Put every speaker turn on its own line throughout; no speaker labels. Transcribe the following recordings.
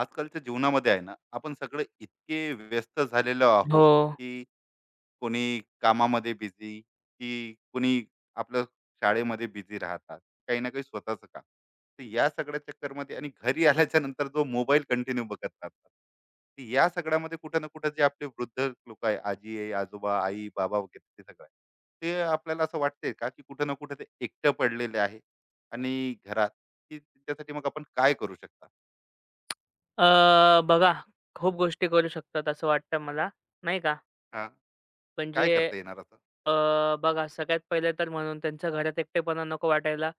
आजकालच्या जीवनामध्ये आहे ना आपण सगळे इतके व्यस्त झालेलो आहो
हो.
की कोणी कामामध्ये बिझी की कोणी आपलं शाळेमध्ये बिझी राहतात काही ना काही स्वतःचं काम. तर या सगळ्या चक्करमध्ये आणि घरी आल्याच्या नंतर जो मोबाईल कंटिन्यू बघत राहतात. तर या सगळ्यामध्ये कुठं ना कुठं जे आपले वृद्ध लोक आहे, आजी आहे, आजोबा, आई, बाबा वगैरे ते सगळं आहे, ते आपल्याला असं वाटते का की कुठं ना कुठं ते एकटं पडलेले आहे आणि घरात, की त्यासाठी मग आपण काय करू शकता.
अ, बघा, खूप गोष्टी करू शकतात असं वाटतं मला, नाही का.
हा, काय
म्हणजे
करता येणार असं.
अ, बघा, सगळ्यात पहिले तर म्हणून त्यांच्या घरात एकटेपणा नको वाटायला.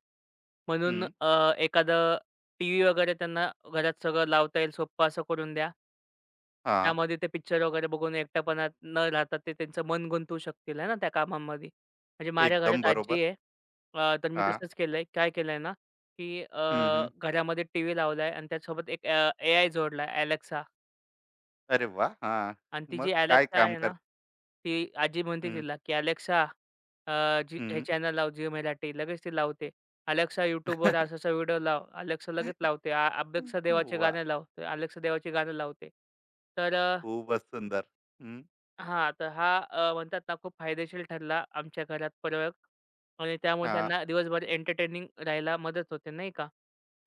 म्हणून
हं.
एखादं टीव्ही वगैरे त्यांना घरात सगळं लावता येईल, सोप्पं असं करून द्या.
हां.
त्यामध्ये ते पिक्चर वगैरे बघून एकटेपणात न राहता ते त्यांचं मन गुंतवू शकतील आहे ना त्या कामामध्ये. म्हणजे माझ्या
एकदम
घरात
बरोबर.
आजी आहे. तर मी
हां.
तसंच केलंय. काय केलंय ना, की
हं, हं.
घरामध्ये टीव्ही लावलाय आणि त्यासोबत एक एआय जोडलाय, Alexa.
अरे वा, हां.
आणि ती
मग
जी
काय
Alexa
काम
आहे ना,
कर.
ती आजी म्हणते
हं,
तिला, की "Alexa, अ, जी हे
हं.
चॅनल लाव Zee मराठी." लगेच ती लावते. "Alexa YouTubeवर असा-असा व्हिडिओ लाव." Alexa
वाह!
लगेच लावते. "आ Alexa देवाचे गाणे लाव." तर Alexa देवाची गाणं लावते. तर
खूपच सुंदर. हं.
हां, तर हा म्हणतात ना, खूप फायदेशीर ठरला आमच्या घरात प्रयोग, आणि त्यामुळे
हां.
त्यांना दिवसभर एंटरटेनिंग राहायला मदत होते नाही का?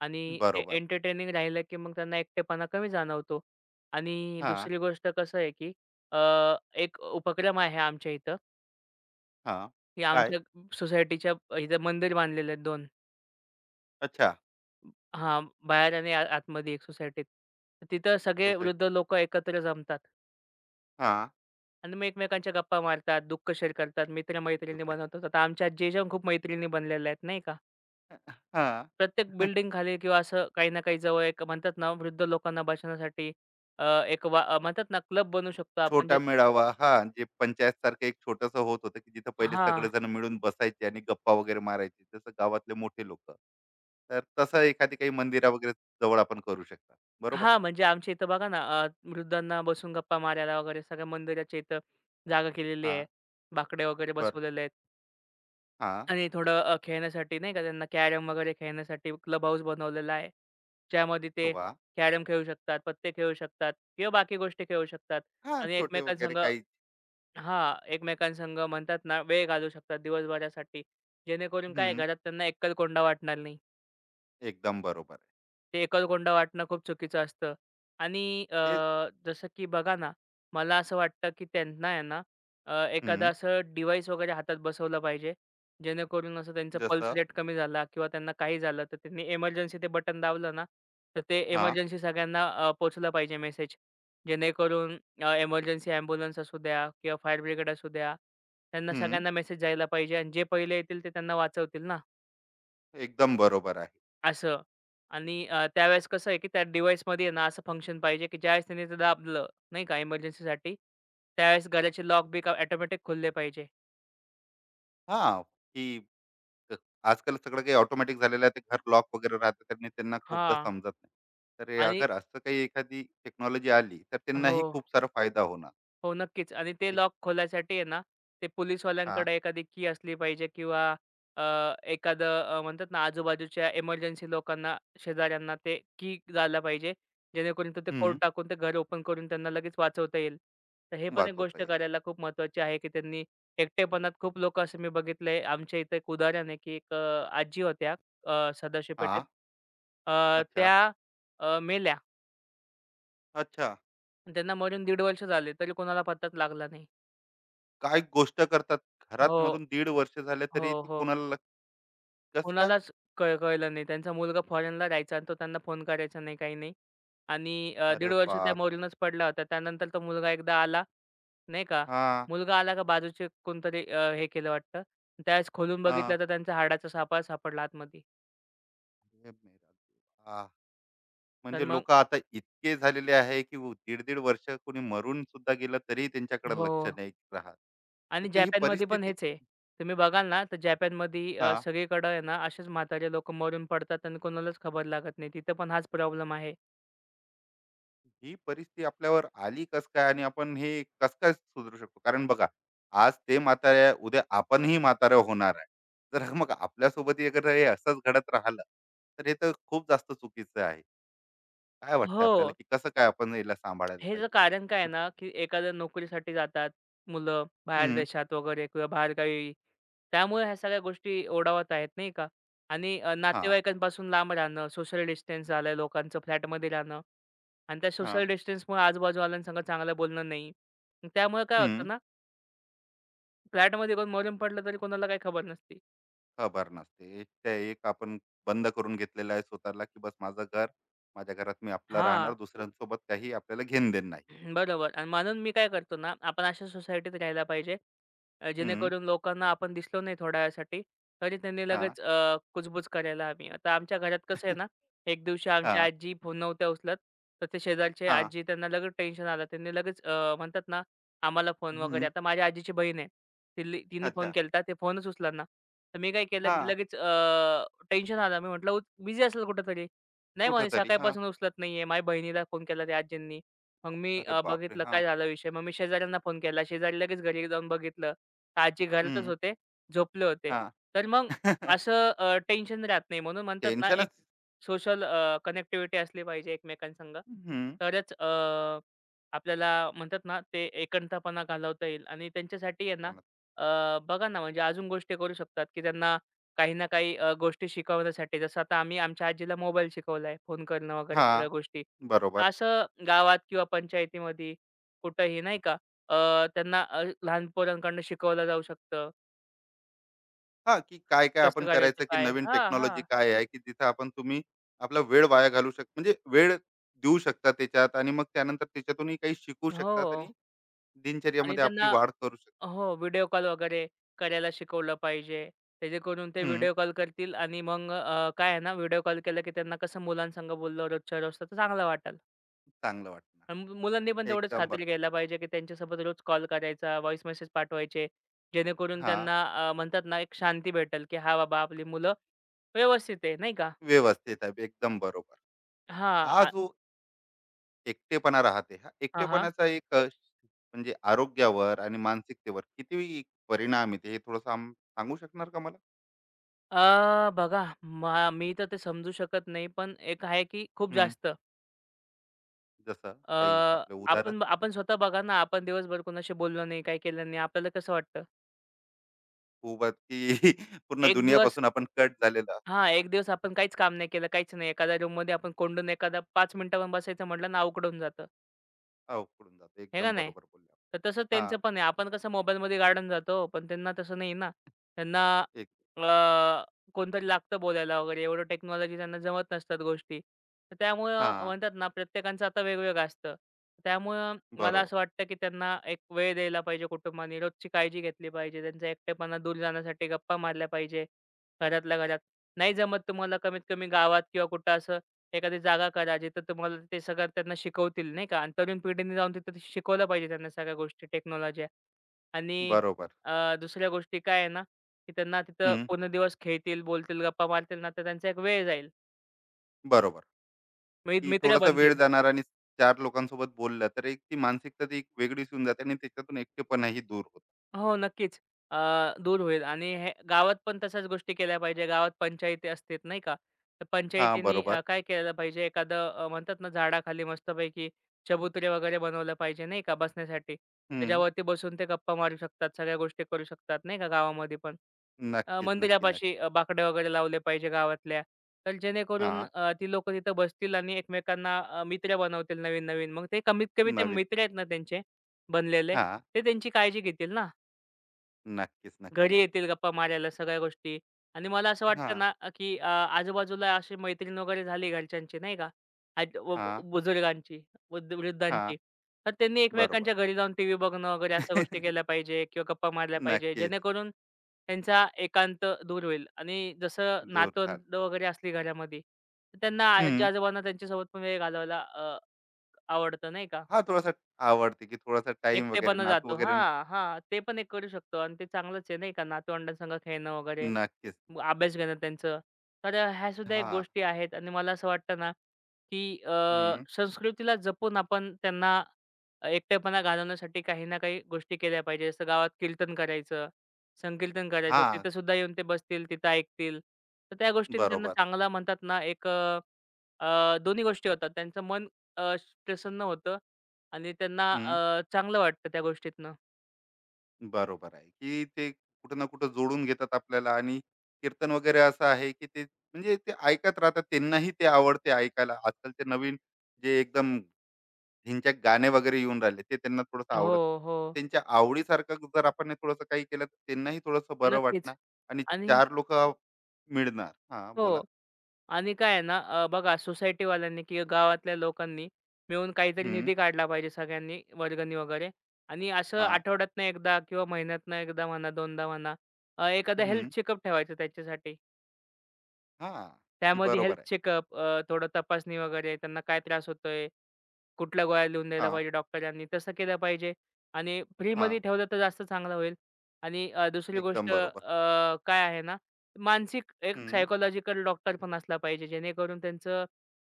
आणि ते
बरोबर.
एंटरटेनिंग राहिलं की मग त्यांना एकटेपणा कमी जाणवतो. आणि
हां,
दुसरी गोष्ट कसं आहे की अ, एक उपक्रम आहे आमच्या इथं,
हां.
की
काय?
आमच्या सोसायटीच्या इथं मंदिर बांधलेले आहेत 2.
अच्छा.
हां, बाहेर आणि आ आतमध्ये एक सोसायटीत. तिथं सगळे
सोसायटी.
वृद्ध लोकं एकत्र जमतात.
हां.
आणि मग एकमेकांच्या गप्पा मारतात, दुःख शेअर करतात, मित्र-मैत्रिणी
दुकान.
बनवतात. आता आमच्या आजीच्या खूप मैत्रिणी बनलेल्या आहेत नाही का.
हां.
प्रत्येक बिल्डिंग खाली किंवा असं काही ना काही जवळ एक म्हणतात ना, वृद्ध लोकांना बसण्यासाठी एक वा म्हणतात ना, क्लब बनवू शकतो आपण
छोटा
जे
मेळावा. हां, जे पंचायतसारखं एक छोटंसं होत होतं, की जिथं पहिले
हां.
सगळेजण मिळून बसायचे आणि गप्पा वगैरे मारायचे, जसं गावातले मोठे लोकं. तर तसं एखादी काही मंदिरा वगैरे जवळ आपण करू शकता. बरोबर?
हां, म्हणजे आमच्या इथं बघा ना, अ, वृद्धांना बसून गप्पा मारायला वगैरे सगळ्या मंदिराच्या इथं जागा केलेली
हां.
आहे. बाकडे वगैरे
बर.
बसवलेले आहेत.
हां,
आणि थोडं खेळण्यासाठी नाही का, त्यांना कॅरम वगैरे खेळण्यासाठी क्लब हाऊस बनवलेला आहे. ज्यामध्ये ते
वाह!
कॅरम खेळू शकतात, पत्ते खेळू शकतात किंवा बाकी गोष्टी खेळू शकतात
हां,
आणि
छोटे वगैरे
एकमेकांसंग
काही.
हां, एकमेकांसंग म्हणतात ना, वेळ घालवू शकतात दिवसभरासाठी. जेणेकरून काय,
हं,
घरात त्यांना एकलकोंडा वाटणार नाही.
एकदम बरोबर आहे.
ते एकलकोंडा वाटणं खूप चुकीचं असतं. आणि अ,
ते.
जसं की बघा ना, मला असं वाटतं की त्यांना आहे ना,
हं,
एखादं असं डिव्हाइस वगैरे हातात बसवलं पाहिजे, जेणेकरून असं त्यांचा पल्स
जसं.
रेट कमी झाला किंवा त्यांना काही झालं, तर त्यांनी एमर्जन्सी ते बटन दाबलं ना, तर ते
हां,
एमर्जन्सी सगळ्यांना पोहोचला पाहिजे मेसेज. जेणेकरून एमर्जन्सी ॲम्ब्युलन्स असू द्या किंवा फायर ब्रिगेड असू द्या, त्यांना
हं,
सगळ्यांना मेसेज जायला पाहिजे आणि जे पहिले येतील ते त्यांना वाचवतील ना.
एकदम बरोबर आहे.
असं आणि त्यावेळेस कसं आहे, की त्या डिव्हाइसमध्ये आहे ना, असं फंक्शन पाहिजे, की ज्यावेळेस त्याने ते दाबलं, नाही का इमर्जन्सीसाठी, त्यावेळेस घराचे लॉक-बिक ऑटोमॅटिक खुलले पाहिजे.
हां, की क- आजकाल सगळं काही ऑटोमॅटिक झालेलं आहे. ते घर लॉक वगैरे राहतं त्यांनी त्यांना खूपदा
हां.
समजत नाही. तर हे
आणि
अगर असं काही एखादी टेक्नॉलॉजी आली, तर
हो.
त्यांनाही खूप सारा फायदा होणार.
हो, नक्कीच. आणि ते
एक.
लॉक खोलायसाठी आहे ना, ते
हां,
पोलिसवाल्यांकडे एखादी की असली पाहिजे किंवा अ, एखादं म्हणतात ना, आजूबाजूच्या इमर्जन्सी लोकांना, शेजाऱ्यांना ते की द्यायला पाहिजे. जेणेकरून तो ते कोड
हं,
टाकून ते घर ओपन करून त्यांना लगेच वाचवता येईल. तर हे पण एक
वाजवता
गोष्ट
येणार.
करायला खूप महत्त्वाची आहे, की त्यांनी एकटेपणात खूप लोकं असे मी बघितले. आमच्या इथं एक उदाहरण आहे, की एक आजी होत्या, सदाशिव,
हां, अच्छा,
त्या मेल्या.
अच्छा.
त्यांना मरून 1.5 वर्ष झाले, तरी कोणाला पत्ताच लागला नाही.
काय गोष्ट करतात. घरात
हो.
मरून दीड वर्ष झाले
हो,
तरी ती
हो.
कोणाला. कसं काय?
कोणालाच कळलं नाही. त्यांचा मुलगा फॉरेनला राहायचा आणि तो त्यांना फोन करायचा नाही, काही नाही. आणि
अरे
1.5 वर्ष त्या
बापरे!
मरूनच पडला होता. त्यानंतर तो मुलगा एकदा आला, नाही का.
हां, हां.
मुलगा आला का बाजूचे कोणतरी हे केलं वाटतं. त्यावेळेस खोलून
हां.
बघितलं तर त्यांचा हाडाचा सापळा सापडला आतमध्ये.
हे मेरा देवा!
तर
म्हणजे
मग
लोकं आता इतके झालेले आहे, की दीड-दीड वर्ष कोणी मरून सुद्धा गेलं तरी त्यांच्याकडे
हो.
लक्ष नाही राहत. हे
आणि
तर ही
जपानमध्ये पण
परिस्थिती.
हेच आहे. तुम्ही बघाल ना, तर जपानमध्ये
हां,
सगळीकडं आहे ना, असेच म्हातारे लोकं मरून पडतात आणि कोणालाच खबर लागत नाही. तिथं पण हाच प्रॉब्लेम आहे.
ही परिस्थिती आपल्यावर आली कसं काय आणि आपण हे कसं काय सुधारू शकतो? कारण बघा, आज ते म्हातारे आहे, उद्या आपणही म्हातारे होणार आहे. तर मग आपल्यासोबत अगर हे असंच घडत राहिलं, तर हे तर खूप जास्त चुकीचं आहे. काय वाटतं
हो.
आपल्याला, की कसं काय आपण याला सांभाळायला
ह्याचं
पाहिजे?
कारण काय आहे
आणि.
ना, की एखाद्या नोकरीसाठी जातात मुलं बाहेर
हं.
देशात वगैरे किंवा बाहेरगावी. त्यामुळे ह्या सगळ्या गोष्टी ओढावत आहेत नाही का? आणि
हां,
नातेवाईकांपासून लांब राहणं, सोशल डिस्टन्स झालंय लोकांचं, फ्लॅटमध्ये राहणं, आणि त्या सोशल
हां.
डिस्टन्समुळे आजूबाजूवाल्यांसंग चांगलं बोलणं नाही. त्यामुळे काय होतं ना, फ्लॅटमध्ये कोण मरून पडलं तरी कोणाला काही खबर नसते.
खबर नसते, एक ते एक आपण बंद करून घेतलेलं आहे स्वतःला, की बस माझं घर, माझ्या घरात मी आपला राहणार,
हां.
दुसऱ्यांसोबत काही आपल्याला घेण देण नाही.
हं, बरोबर. आणि म्हणून मी काय करतो ना, आपण अशा सोसायटीत राहायला पाहिजे,
हम्म,
जेणेकरून लोकांना आपण दिसलो नाही थोड्या वेळासाठी, तरी त्यांनी
हा.
लगेच कुजबूज करायला हवी. आता आमच्या घरात कसं आहे ना, एक दिवशी
हा.
आमची आजी फोन नव्हत्या उचलत, तर ते शेजारची
हा.
आजी, त्यांना लगेच टेन्शन आलं. त्यांनी लगेच म्हणतात ना, आम्हाला फोन वगैरे,
हम्म,
आता माझ्या आजीची बहीण आहे. तिल्ली तिने फोन
अच्छा.
केलता, ते फोनच उचलना. तर मी काय केलं,
हा.
की लगेच टेन्शन आलं. मी म्हटलं, "बिझी असेल कुठेतरी." "नाही," म्हणे,
कुठंतरी हा.
"सकाळपासून उचलत नाहीये." माझ्या बहिणीला फोन केला त्या आजींनी. मग मी
अरे बापरे
बघितलं
हा.
काय झाला विषय. मग मी शेजाऱ्यांना फोन केला. शेजारी लगेच घरी जाऊन बघितलं. तर आजी घरातच
हम्म,
होते, झोपले होते.
हा.
तर मग असं टेन्शन राहत नाही. म्हणून म्हणतात ना, एक
टेन्शनच.
सोशल कनेक्टिव्हिटी असली पाहिजे एकमेकांसंग.
हम्म,
तरच आपल्याला म्हणतात ना, ते एकंतपणा घालवता येईल. आणि त्यांच्यासाठी आहे ना,
झालं.
बघा ना, म्हणजे अजून गोष्टी करू शकतात, की त्यांना काही ना काही गोष्टी शिकवण्यासाठी. जसं आता आम्ही आमच्या आजीला मोबाईल शिकवलाय, फोन करणं वगैरे
हा.
सगळ्या गोष्टी.
बरोबर.
असं गावात किंवा पंचायतीमध्ये कुठंही नाही का, अ, त्यांना लहान पोरांकडनं शिकवलं जाऊ शकतं.
हा, की काय काय
कसं
आपण
करायचं
करायचं, की
काय?
नवीन
हां,
टेक्नॉलॉजी
हां.
काय आहे, की जिथं आपण तुम्ही आपला वेळ वाया घालू म्हणजे वेळ देऊ शकता त्याच्यात आणि मग त्यानंतर त्याच्यातूनही काही शिकू
हो.
शकतात आणि
आणि
दिनचर्यामध्ये आपली
त्यांना
वाढ करू शकतो.
हो, व्हिडिओ कॉल वगैरे करायला शिकवलं पाहिजे. त्याजेकरून ते
हम्म,
व्हिडिओ कॉल करतील आणि मग काय आहे ना, व्हिडिओ कॉल केला की त्यांना कसं मुलांसंग बोललं रोजच्या रोज तर चांगलं वाटेल.
चांगलं
अन्
वाटणार.
मुलांनी पण तेवढंच
एकदम बर.
खात्री घ्यायला पाहिजे, की त्यांच्यासोबत रोज कॉल करायचा, व्हॉईस मेसेज पाठवायचे. जेणेकरून
हा.
त्यांना म्हणतात ना, एक शांती भेटेल, की "हां, बाबा आपली मुलं व्यवस्थित आहे." नाही का?
व्यवस्थित आहे एकदम बरोबर.
हां.
हा
आ
जो एकटेपणा राहते, हा
हां, हां.
एकटेपणाचा एक अ, म्हणजे आरोग्यावर आणि मानसिकतेवर किती परिणाम येते हे थोडस सांगू शकणार का मला.
बघा, मी तर ते समजू शकत नाही. पण एक आहे, की खूप
हम्म,
जास्त
जसं
अ,
काही आपलं उदाहरण.
आपण आपण स्वतः बघा ना, आपण दिवसभर कोणाशी बोललो नाही, काही केलं नाही. आपल्याला कसं वाटतं?
खूप आहेत की पूर्ण
एक दिवस
दुनियापासून आपण कट झालेला.
हां, एक दिवस आपण काहीच काम नाही केलं, काहीच नाही. एखाद्या रूममध्ये आपण कोंडून एखादा 5 मिनिटं पण बसायचं म्हटलं ना, अवघड जातं.
उकडून जातो,
हे का
एकदम
नाही?
बरोबर बोलले आपण.
तर तसं
हा.
त्यांचं पण आहे. आपण कसं मोबाईलमध्ये गार्डन जातो, पण त्यांना तसं नाही ना. त्यांना
एक.
अ, कोणतरी लागतं बोलायला वगैरे. एवढं टेक्नॉलॉजी त्यांना जमत नसतात गोष्टी. तर
हा.
त्यामुळं म्हणतात ना, प्रत्येकाचं आता वेगवेगळं असतं. त्यामुळं मला
बरोबर.
असं वाटतं, की त्यांना एक वेळ द्यायला पाहिजे कुटुंबाने. रोजची काळजी घेतली पाहिजे. त्यांचा एकटेपणा दूर जाण्यासाठी गप्पा मारल्या पाहिजे, घरातल्या घरात. नाही जमत तुम्हाला कमीत कमी गावात किंवा कुठं असं एखादी जागा करा, जिथं तुम्हाला ते सगळं त्यांना शिकवतील, नाही का? आणि तरुण पिढीने जाऊन तिथं ते शिकवलं पाहिजे त्यांना सगळ्या गोष्टी, टेक्नॉलॉजी. आणि
बरोबर.
दुसऱ्या गोष्टी काय आहे ना, की त्यांना तिथं
हम्म,
पूर्ण दिवस खेळतील, बोलतील, गप्पा मारतील ना, तर त्यांचा एक वेळ जाईल.
बरोबर.
मित
की
मित्र
थोडासा वेळ
बनतील.
जाणार आणि चार लोकांसोबत बोललं तर एक ती मानसिकता ती एक वेगळीच होऊन जाते आणि त्याच्यातून एकटेपणाही दूर होत.
हो, नक्कीच. अ, दूर होईल. आणि हे गावात पण तशाच गोष्टी केल्या पाहिजे. गावात पंचायती असतात नाही का? तर
हा.
पंचायतीनी
बरोबर.
काय केलं पाहिजे, एखादं म्हणतात ना, झाडाखाली मस्तपैकी चबुतरे वगैरे बनवलं पाहिजे नाही का बसण्यासाठी.
हम्म.
त्याच्यावरती बसून ते गप्पा मारू शकतात. सगळ्या गोष्टी करू शकतात नाही का गावामध्ये पण.
नक्कीच, नक्की
मंदिरापाशी
नक्की.
बाकडे वगैरे लावले पाहिजे गावातल्या. तर जेणेकरून
हा.
ती लोकं तिथं बसतील आणि एकमेकांना मित्र बनवतील नवीन-नवीन. मग ते कमीत कमी ते
नवीन.
मित्र आहेत ना त्यांचे बनलेले,
हा.
ते त्यांची काळजी घेतील ना.
नक्कीच, नक्की
घरी
नक्की.
येतील गप्पा मारायला सगळ्या गोष्टी. आणि मला असं
हा.
वाटतं ना, की आजूबाजूला अशी मैत्रीण वगैरे झाली घरच्यांची नाही का? आज व
हा.
व बुजुर्गांची, वृद्ध
हा.
वृद्धांची. तर त्यांनी
बरोबर.
एकमेकांच्या घरी जाऊन टीव्ही बघणं वगैरे अशा गोष्टी केल्या पाहिजे किंवा गप्पा मारल्या पाहिजे.
नक्कीच.
जेणेकरून त्यांचा एकांत दूर होईल. आणि जसं
दूर झालं.
नातवंड वगैरे असली घरामध्ये, तर त्यांना
हम्म.
आजी-आजोबांना त्यांच्यासोबत पण वेळ घालवायला आवडतं नाही का?
हा. थोडासा आवडते, की थोडासा टाइम वगैरे
एकटेपणा
नातू
जातो,
वगैरे.
हां, हां. ते पण एक करू शकतो आणि ते चांगलंच आहे नाही का, नातवंडांसंग खेळणं वगैरे.
नक्कीच.
मग अभ्यास घेणं त्यांचं. तर ह्या सुद्धा एक
हा.
गोष्टी आहेत. आणि मला असं वाटतं ना, की
हम्म.
संस्कृतीला जपून आपण त्यांना एकटेपणा घालवण्यासाठी काही ना काही गोष्टी केल्या पाहिजे. जसं गावात कीर्तन करायचं, संकीर्तन करायचं.
हा.
तिथं सुद्धा येऊन ते बसतील, तिथं ऐकतील. तर त्या गोष्टींनी त्यांना
बरोबर.
चांगला म्हणतात ना, एक दोन्ही गोष्टी होतात. त्यांचं मन प्रसन्न होतं आणि त्यांना चांगलं वाटतं त्या गोष्टीतनं.
बरोबर आहे, की ते कुठं ना कुठं जोडून घेतात आपल्याला. आणि कीर्तन वगैरे असं आहे, की ते म्हणजे ते ऐकत राहतात. त्यांनाही ते आवडते ऐकायला. आजकालचे नवीन जे एकदम ह्यांचे गाणे वगैरे येऊन राहिले, ते त्यांना थोडंसं
हो,
आवडत नाही.
हो.
तर त्यांच्या आवडीसारखं जर आपण हे थोडंसं काही केलं, तर त्यांनाही थोडंसं बरं
नक्कीच.
वाटणार आणि
आणि
4 लोकं मिळणार. हां, बोला.
हो. आणि काय आहे ना, बघा, सोसायटीवाल्यांनी किंवा गावातल्या लोकांनी मिळून काहीतरी
हं,
निधी काढला पाहिजे सगळ्यांनी, वर्गणी वगैरे. आणि असं
हां,
आठवड्यातनं एकदा किंवा महिन्यातनं एकदा म्हणा दोनदा म्हणा, एखादा
हं,
हेल्थ चेकअप ठेवायचं त्याच्यासाठी.
हां, की
त्यामध्ये
बरोबर
हेल्थ
आहे.
चेकअप, थोडं तपासणी वगैरे, त्यांना काय त्रास होतोय, कुठल्या गोळ्या लिहून द्यायला
हां,
पाहिजे डॉक्टरांनी, तसं केलं पाहिजे. आणि फ्रीमध्ये
हां,
ठेवलं तर जास्त चांगलं होईल. आणि दुसरी
एकदम
गोष्ट
बरोबर.
काय आहे ना, मानसिक एक
हं,
सायकॉलॉजिकल डॉक्टर पण असला पाहिजे, जेणेकरून त्यांचं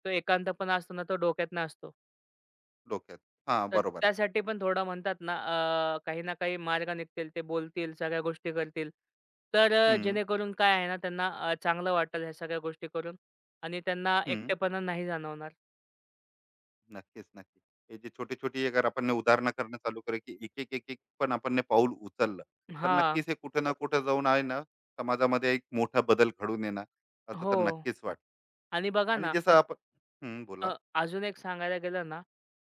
तो एकांतपणा असतो ना, तो डोक्यात नसतो.
डोक्यात. हां,
तर
बरोबर आहे.
त्यासाठी पण थोडं म्हणतात ना, काही ना काही मार्ग निघतील, ते बोलतील, सगळ्या गोष्टी करतील. तर
हं,
जेणेकरून काय आहे ना, त्यांना चांगलं वाटेल ह्या सगळ्या गोष्टी करून. आणि त्यांना
हं.
एकटेपणा नाही जाणवणार.
नक्कीच, नक्की. हे जे छोटी-छोटी अगर आपण उदाहरणं करणं चालू करू, की एक-एक, एक-एक पण आपण पाऊल उचललं, तर
हां.
नक्कीच हे कुठं ना कुठं जाऊन आहे ना, समाजामध्ये एक मोठा बदल घडून येणार, असं तर
हो.
नक्कीच वाट.
आणि बघा
आणि
ना,
जसं आपण. हं, बोला.
अ, अजून एक सांगायला गेलं ना,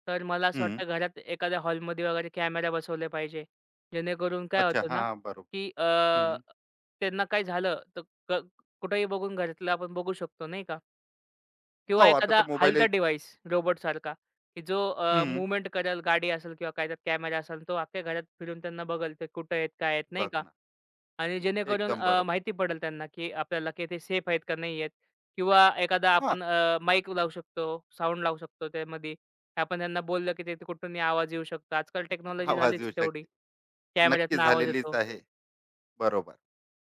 तर मला असं
हं.
वाटतं घरात एखाद्या हॉलमध्ये वगैरे कॅमेरा बसवले पाहिजे. जेणेकरून काय
अच्छा.
होतं ना,
हां, बरोबर.
की
हं.
त्यांना काय झालं तर क कुठेही बघून घरातलं आपण बघू शकतो नाही का? किंवा
हो, आता तर
एखादा
मोबाईल
हलता
एक.
डिव्हाइस रोबोटसारखा, की जो
हं,
मूव्हमेंट करेल, गाडी असेल किंवा काय, त्यात कॅमेरा असेल, तो अख्ख्या घरात फिरून त्यांना बघेल ते कुठे आहेत, काय आहेत नाही
बघ
का?
ना.
आणि जेणेकरून
एकदम बरोबर.
माहिती पडेल त्यांना, की आपल्याला की ते सेफ आहेत का नाही आहेत? किंवा एखादा
हां,
आपण माईक लावू शकतो, साउंड लावू शकतो त्यामध्ये. आपण त्यांना बोललं, की ते कुठूनही आवाज येऊ शकतो. आजकाल टेक्नॉलॉजी
आवाज
झालीच
येऊ
आहे तेवढी.
शकते. नक्की
कॅमेऱ्यातनं आवाज
झालेलीच
येतो.
आहे. बरोबर.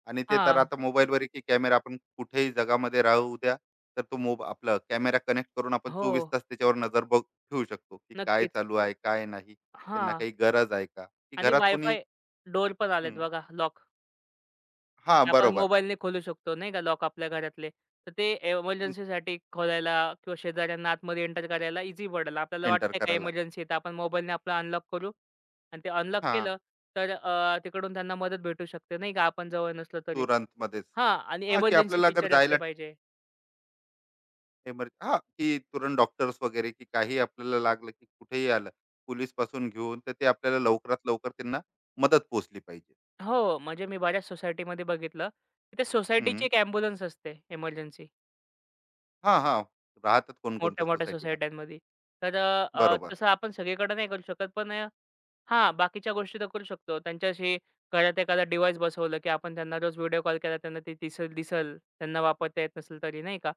आणि ते तर
हां.
आता मोबाईलवर की कॅमेरा, आपण कुठेही जगामध्ये राहू द्या, तर तो आपला कॅमेरा कनेक्ट करून आपण
हो.
चोवीस तास त्याच्यावर नजर बघ ठेवू शकतो, की काय
नक्कीच.
चालू आहे, काय नाही, त्यांना
हां.
काही गरज आहे का, की
आणि
घरात कोणी.
वायफाय डोअर पण आलेत
हम्म,
बघा, लॉक.
हा.
आपण
बरोबर.
मोबाईलने खोलू शकतो नाही का लॉक आपल्या घरातले. तर ते एमर्जन्सीसाठी खोलायला किंवा शेजाऱ्यांना आतमध्ये एंटर करायला इझी पडेल. आपल्याला
एंटर
वाटतंय का
करायला.
एमर्जन्सी, तर आपण मोबाईलने आपलं अनलॉक करू आणि ते अनलॉक
हा.
केलं तर तिकडून त्यांना मदत भेटू शकते नाही का, आपण जवळ नसलो तरी.
तुरंत मध्येच.
हां, आणि
हा, की
एमर्जन्सी
आपल्याला अगर
फीचर
जायला
असले पाहिजे.
हा, की तुरंत डॉक्टर्स वगैरे, की काही आपल्याला लागलं, की कुठेही आलं, पोलीस पासून घेऊन, तर ते आपल्याला लवकरात लवकर, त्यांना मदत पोहोचली पाहिजे.
हो, म्हणजे मी बऱ्याच सोसायटीमध्ये बघितलं, की ते सोसायटीची
हम्म.
एक ॲम्ब्युलन्स असते एमर्जन्सी,
हा, हा. राहतात कोणकोणत्या
मोठ्या-मोठ्या
सोसायटी.
सोसायट्यांमध्ये. तर
बरोबर,
तसं आपण सगळीकडे नाही करू शकत पण हां, बाकीच्या गोष्टी तर करू शकतो. त्यांच्याशी घरात एखादा डिव्हाइस बसवलं, की आपण त्यांना रोज व्हिडिओ कॉल केला त्यांना ते दिसेल दिसेल. त्यांना वापरता येत नसेल तरी नाही का?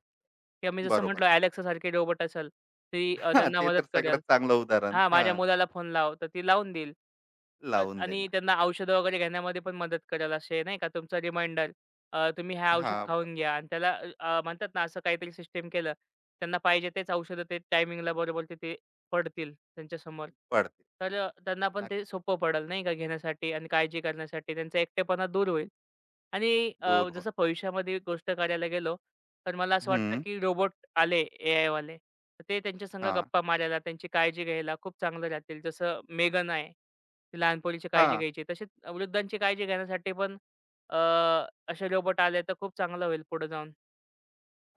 किंवा मी जसं
बरोबर.
म्हटलं Alexaसारखे रोबोट असेल, ती
हां,
त्यांना
ते
मदत
तर सगळ्यात
करेल.
चांगलं उदाहरण.
हां,
हां,
माझ्या मुलाला फोन लाव, तर ती लावून देईल. तर
लावून
आणि
देणार.
त्यांना औषधं वगैरे घेण्यामध्ये पण मदत करेल, असे नाही का तुमचा रिमाइंडर, तुम्ही हे
हां,
औषध
हां.
खाऊन घ्या. आणि त्याला अ, अ, म्हणतात ना, असं काहीतरी सिस्टम केलं, त्यांना पाहिजे तेच औषधं ते टायमिंगला बरोबर तिथे पडतील त्यांच्यासमोर.
पडते.
तर त्यांना पण
ना.
ते सोपं पडेल नाही का घेण्यासाठी, आणि काळजी करण्यासाठी त्यांचा एकटेपणा दूर होईल. आणि
दूर होणं.
जसं भविष्यामध्ये गोष्ट करायला गेलो, तर मला असं वाटतं,
हं,
की रोबोट आले एआयवाले, तर ते त्यांच्या संग
हां,
गप्पा मारायला, त्यांची काळजी घ्यायला खूप चांगलं राहतील. जसं मेगन आहे, ती लहान पोरीची काळजी
हां,
घ्यायची. तसेच वृद्धांची काळजी घेण्यासाठी पण अ, असे रोबोट आले तर खूप चांगलं होईल पुढे जाऊन.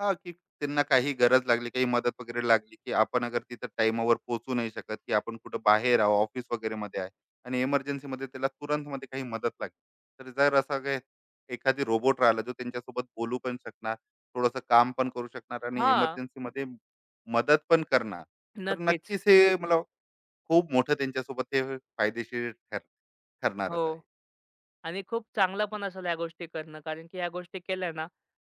हां, की त्यांना काही गरज लागली, काही मदत वगैरे लागली, की आपण अगर तिथं टाईमावर पोहोचू नाही शकत, की आपण कुठं बाहेर आहोत, ऑफिस वगैरेमध्ये आहे आणि इमर्जन्सीमध्ये त्याला तुरंतमध्ये काही मदत लागली. तर जर असा काही एखादी रोबोट राहिला, जो त्यांच्यासोबत बोलू पण शकणार, थोडंसं काम पण करू शकणार आणि
हां,
इमर्जन्सीमध्ये मदत पण करणार. तर
नक्कीच.
नक्कीच हे मला खूप मोठं त्यांच्यासोबत हे फायदेशीर ठरणारच
हो.
आहे.
आणि खूप चांगलं पण असेल या गोष्टी करणं. कारण की ह्या गोष्टी केल्या ना,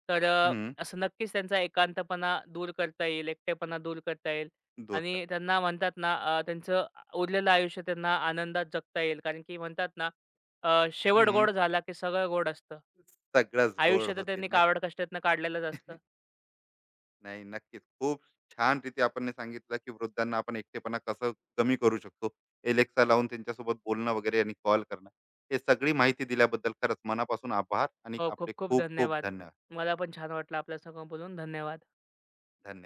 तर
हं,
असं नक्कीच त्यांचा एकांतपणा दूर करता येईल, एकटेपणा दूर करता येईल.
दोरखंड.
आणि त्यांना म्हणतात ना, त्यांचं उरलेलं आयुष्य त्यांना आनंदात जगता येईल. कारण की म्हणतात ना, शेवट
हं,
गोड झाला की सगळं गोड असतं.
सगळंच गोड
आयुष्य तर
होते.
त्यांनी कावड कष्टातनं काढलेलंच असतं.
नाही, नक्कीच. खूप छानरीती आपण सांगितलं, की वृद्धांना आपण एकटेपणा कसं कमी करू शकतो. Alexa लावून त्यांच्यासोबत बोलणं वगैरे आणि कॉल करणं. हे सगळी माहिती दिल्याबद्दल खरंच मनापासून आभार आणि
हो,
आपले
खूप खूप
खूप खूप
धन्यवाद.
धन्यवाद.
मला पण छान वाटलं आपल्या संग बोलून. धन्यवाद.
धन्यवाद.